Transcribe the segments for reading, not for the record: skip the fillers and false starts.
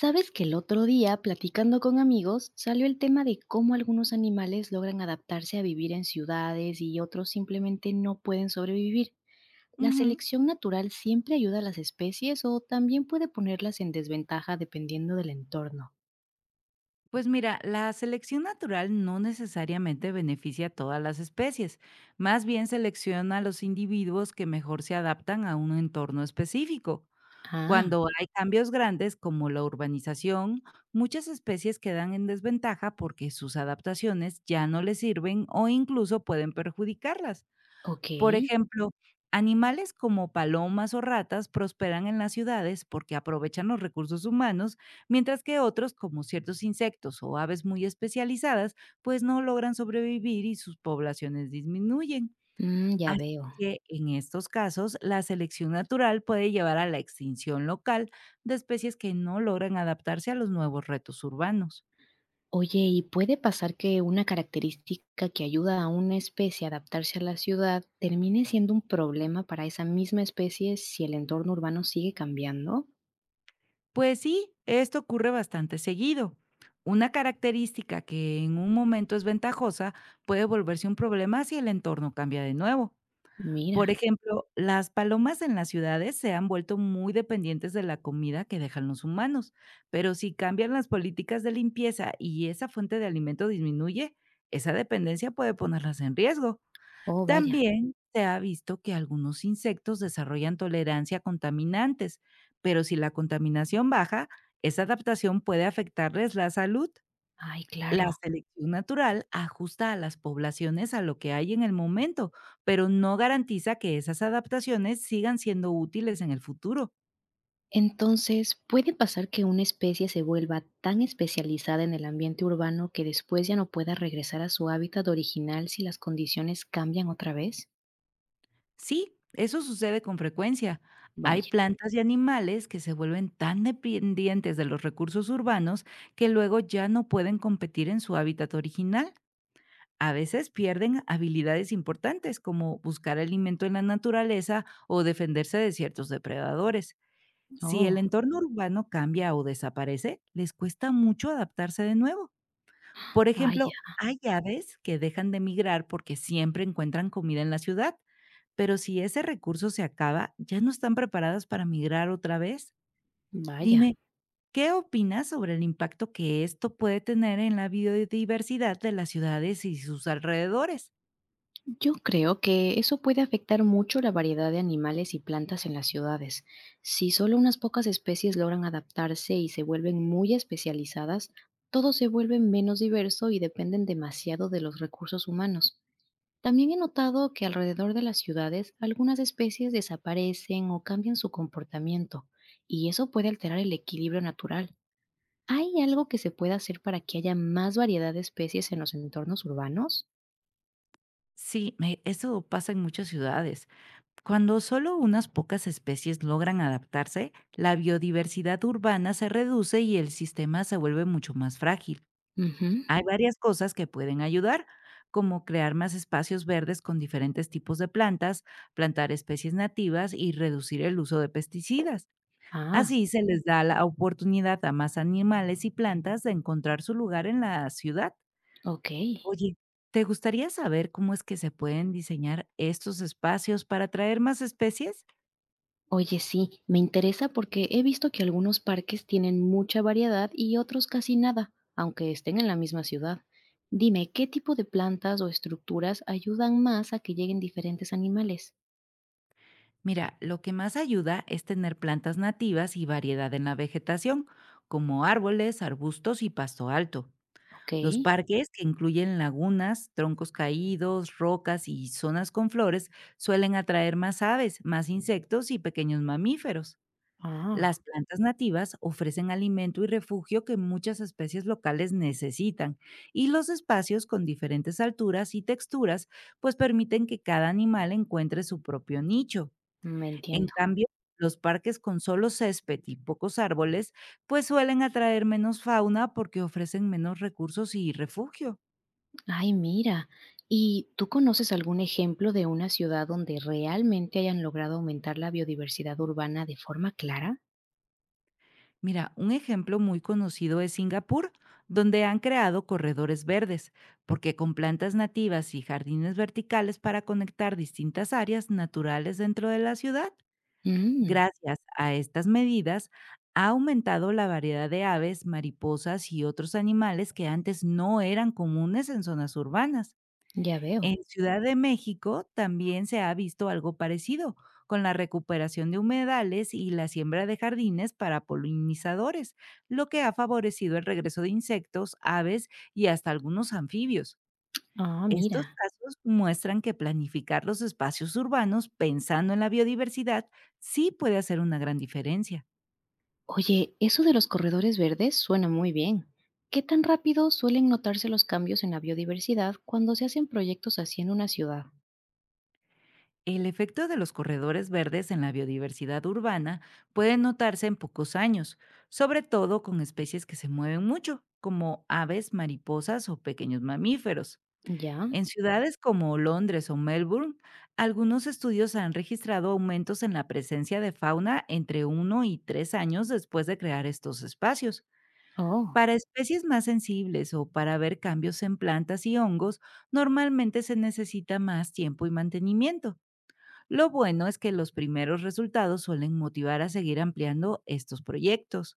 Sabes que el otro día, platicando con amigos, salió el tema de cómo algunos animales logran adaptarse a vivir en ciudades y otros simplemente no pueden sobrevivir. ¿La Ujú. selección natural siempre ayuda a las especies o también puede ponerlas en desventaja dependiendo del entorno? Pues mira, la selección natural no necesariamente beneficia a todas las especies, más bien selecciona a los individuos que mejor se adaptan a un entorno específico. Ah, Cuando hay cambios grandes como la urbanización, muchas especies quedan en desventaja porque sus adaptaciones ya no les sirven o incluso pueden perjudicarlas. ok. Por ejemplo, animales como palomas o ratas prosperan en las ciudades porque aprovechan los recursos humanos, mientras que otros, como ciertos insectos o aves muy especializadas, pues no logran sobrevivir y sus poblaciones disminuyen. Mm, ya Así veo. que en estos casos, la selección natural puede llevar a la extinción local de especies que no logran adaptarse a los nuevos retos urbanos. Oye, ¿y puede pasar que una característica que ayuda a una especie a adaptarse a la ciudad termine siendo un problema para esa misma especie si el entorno urbano sigue cambiando? Pues sí, esto ocurre bastante seguido. Una característica que en un momento es ventajosa puede volverse un problema si el entorno cambia de nuevo. Por Mira, ejemplo, las palomas en las ciudades se han vuelto muy dependientes de la comida que dejan los humanos, pero si cambian las políticas de limpieza y esa fuente de alimento disminuye, esa dependencia puede ponerlas en riesgo. oh, vaya, También se ha visto que algunos insectos desarrollan tolerancia a contaminantes, pero si la contaminación baja, esa adaptación puede afectarles la salud. ay, La claro. selección natural ajusta a las poblaciones a lo que hay en el momento, pero no garantiza que esas adaptaciones sigan siendo útiles en el futuro. Entonces, ¿puede pasar que una especie se vuelva tan especializada en el ambiente urbano que después ya no pueda regresar a su hábitat original si las condiciones cambian otra vez? Sí, eso sucede con frecuencia. Hay Vaya, plantas y animales que se vuelven tan dependientes de los recursos urbanos que luego ya no pueden competir en su hábitat original. A veces pierden habilidades importantes como buscar alimento en la naturaleza o defenderse de ciertos depredadores. Si el oh, entorno urbano cambia o desaparece, les cuesta mucho adaptarse de nuevo. Por ejemplo, vaya, hay aves que dejan de migrar porque siempre encuentran comida en la ciudad, pero si ese recurso se acaba, ya no están preparadas para migrar otra vez. vaya. Dime, ¿qué opinas sobre el impacto que esto puede tener en la biodiversidad de las ciudades y sus alrededores? Yo creo que eso puede afectar mucho la variedad de animales y plantas en las ciudades. Si solo unas pocas especies logran adaptarse y se vuelven muy especializadas, todo se vuelve menos diverso y dependen demasiado de los recursos humanos. También he notado que alrededor de las ciudades algunas especies desaparecen o cambian su comportamiento, y eso puede alterar el equilibrio natural. ¿Hay algo que se pueda hacer para que haya más variedad de especies en los entornos urbanos? Sí, eso pasa en muchas ciudades. Cuando solo unas pocas especies logran adaptarse, la biodiversidad urbana se reduce y el sistema se vuelve mucho más frágil. Ujú. Hay varias cosas que pueden ayudar, como crear más espacios verdes con diferentes tipos de plantas, plantar especies nativas y reducir el uso de pesticidas. Ah, Así se les da la oportunidad a más animales y plantas de encontrar su lugar en la ciudad. ok. Oye, ¿te gustaría saber cómo es que se pueden diseñar estos espacios para atraer más especies? Oye, sí, me interesa porque he visto que algunos parques tienen mucha variedad y otros casi nada, aunque estén en la misma ciudad. Dime, ¿qué tipo de plantas o estructuras ayudan más a que lleguen diferentes animales? Mira, lo que más ayuda es tener plantas nativas y variedad en la vegetación, como árboles, arbustos y pasto alto. Ok. Los parques, que incluyen lagunas, troncos caídos, rocas y zonas con flores, suelen atraer más aves, más insectos y pequeños mamíferos. Las Ah, plantas nativas ofrecen alimento y refugio que muchas especies locales necesitan, y los espacios con diferentes alturas y texturas pues permiten que cada animal encuentre su propio nicho. me En entiendo. cambio, los parques con solo césped y pocos árboles pues suelen atraer menos fauna porque ofrecen menos recursos y refugio. Ay, mira. ¿Y tú conoces algún ejemplo de una ciudad donde realmente hayan logrado aumentar la biodiversidad urbana de forma clara? Mira, un ejemplo muy conocido es Singapur, donde han creado corredores verdes, porque con plantas nativas y jardines verticales para conectar distintas áreas naturales dentro de la ciudad, Mm, gracias a estas medidas, ha aumentado la variedad de aves, mariposas y otros animales que antes no eran comunes en zonas urbanas. ya veo. En Ciudad de México también se ha visto algo parecido, con la recuperación de humedales y la siembra de jardines para polinizadores, lo que ha favorecido el regreso de insectos, aves y hasta algunos anfibios. Ah, Estos mira. casos muestran que planificar los espacios urbanos pensando en la biodiversidad sí puede hacer una gran diferencia. Oye, eso de los corredores verdes suena muy bien. ¿Qué tan rápido suelen notarse los cambios en la biodiversidad cuando se hacen proyectos así en una ciudad? El efecto de los corredores verdes en la biodiversidad urbana puede notarse en pocos años, sobre todo con especies que se mueven mucho, como aves, mariposas o pequeños mamíferos. Ya. En ciudades como Londres o Melbourne, algunos estudios han registrado aumentos en la presencia de fauna entre uno y 3 años después de crear estos espacios. Oh. Para especies más sensibles o para ver cambios en plantas y hongos, normalmente se necesita más tiempo y mantenimiento. Lo bueno es que los primeros resultados suelen motivar a seguir ampliando estos proyectos.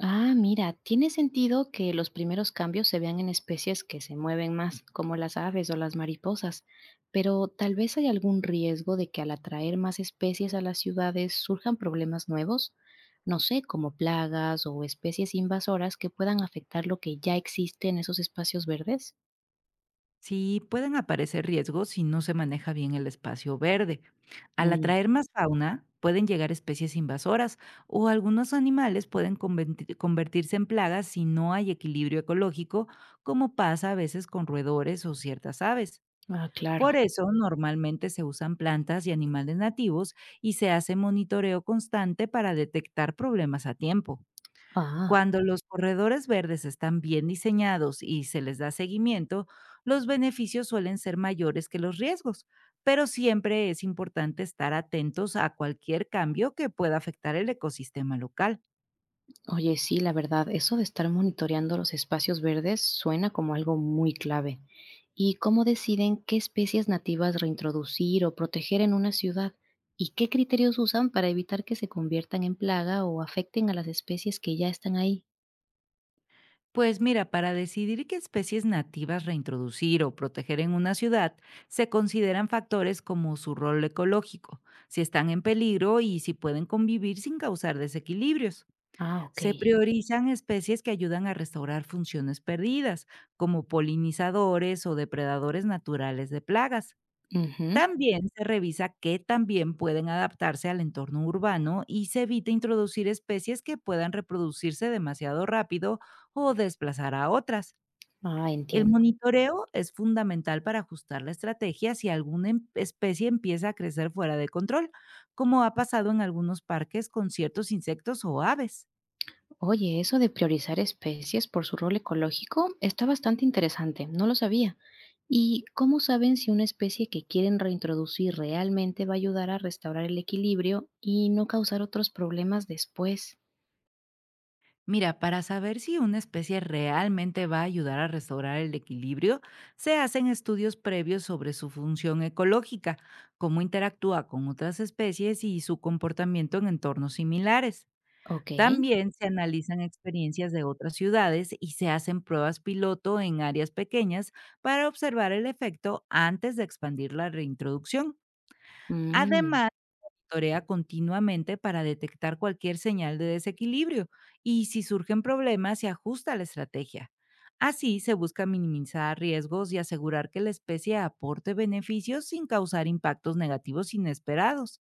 Ah, mira, tiene sentido que los primeros cambios se vean en especies que se mueven más, como las aves o las mariposas, pero tal vez hay algún riesgo de que al atraer más especies a las ciudades surjan problemas nuevos, no sé, como plagas o especies invasoras que puedan afectar lo que ya existe en esos espacios verdes. Sí, pueden aparecer riesgos si no se maneja bien el espacio verde. Al Mm, atraer más fauna, pueden llegar especies invasoras o algunos animales pueden convertirse en plagas si no hay equilibrio ecológico, como pasa a veces con roedores o ciertas aves. ah, claro. Por eso, normalmente se usan plantas y animales nativos y se hace monitoreo constante para detectar problemas a tiempo. Ah. Cuando los corredores verdes están bien diseñados y se les da seguimiento, los beneficios suelen ser mayores que los riesgos, pero siempre es importante estar atentos a cualquier cambio que pueda afectar el ecosistema local. Oye, sí, la verdad, eso de estar monitoreando los espacios verdes suena como algo muy clave. ¿Y cómo deciden qué especies nativas reintroducir o proteger en una ciudad? ¿Y qué criterios usan para evitar que se conviertan en plaga o afecten a las especies que ya están ahí? Pues mira, para decidir qué especies nativas reintroducir o proteger en una ciudad, se consideran factores como su rol ecológico, si están en peligro y si pueden convivir sin causar desequilibrios. Ah, ok. Se priorizan especies que ayudan a restaurar funciones perdidas, como polinizadores o depredadores naturales de plagas. Ujú. También se revisa que también pueden adaptarse al entorno urbano y se evita introducir especies que puedan reproducirse demasiado rápido o desplazar a otras. Ah, El entiendo. monitoreo es fundamental para ajustar la estrategia si alguna especie empieza a crecer fuera de control, como ha pasado en algunos parques con ciertos insectos o aves. Oye, eso de priorizar especies por su rol ecológico está bastante interesante, no lo sabía. ¿Y cómo saben si una especie que quieren reintroducir realmente va a ayudar a restaurar el equilibrio y no causar otros problemas después? Mira, para saber si una especie realmente va a ayudar a restaurar el equilibrio, se hacen estudios previos sobre su función ecológica, cómo interactúa con otras especies y su comportamiento en entornos similares. Ok, También se analizan experiencias de otras ciudades y se hacen pruebas piloto en áreas pequeñas para observar el efecto antes de expandir la reintroducción. mm, Además, monitorea continuamente para detectar cualquier señal de desequilibrio y si surgen problemas se ajusta la estrategia. Así se busca minimizar riesgos y asegurar que la especie aporte beneficios sin causar impactos negativos inesperados.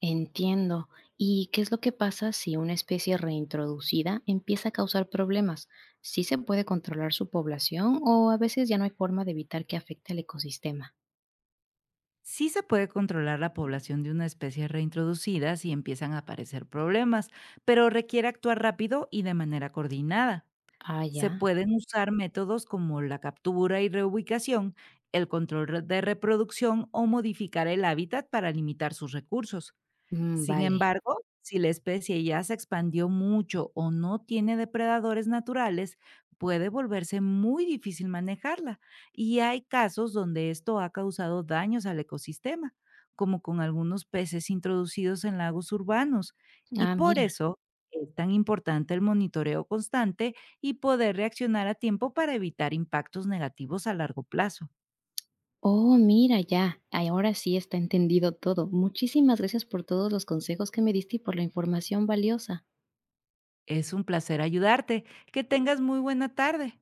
entiendo. ¿Y qué es lo que pasa si una especie reintroducida empieza a causar problemas? ¿Sí se puede controlar su población o a veces ya no hay forma de evitar que afecte al ecosistema? Sí se puede controlar la población de una especie reintroducida si empiezan a aparecer problemas, pero requiere actuar rápido y de manera coordinada. Ah, Se ya. pueden usar métodos como la captura y reubicación, el control de reproducción o modificar el hábitat para limitar sus recursos. Mm, Sin vale. embargo, si la especie ya se expandió mucho o no tiene depredadores naturales, puede volverse muy difícil manejarla y hay casos donde esto ha causado daños al ecosistema, como con algunos peces introducidos en lagos urbanos. Y Ah, por mira. eso es tan importante el monitoreo constante y poder reaccionar a tiempo para evitar impactos negativos a largo plazo. Oh, mira, ya. Ay, ahora sí está entendido todo. Muchísimas gracias por todos los consejos que me diste y por la información valiosa. Es un placer ayudarte. Que tengas muy buena tarde.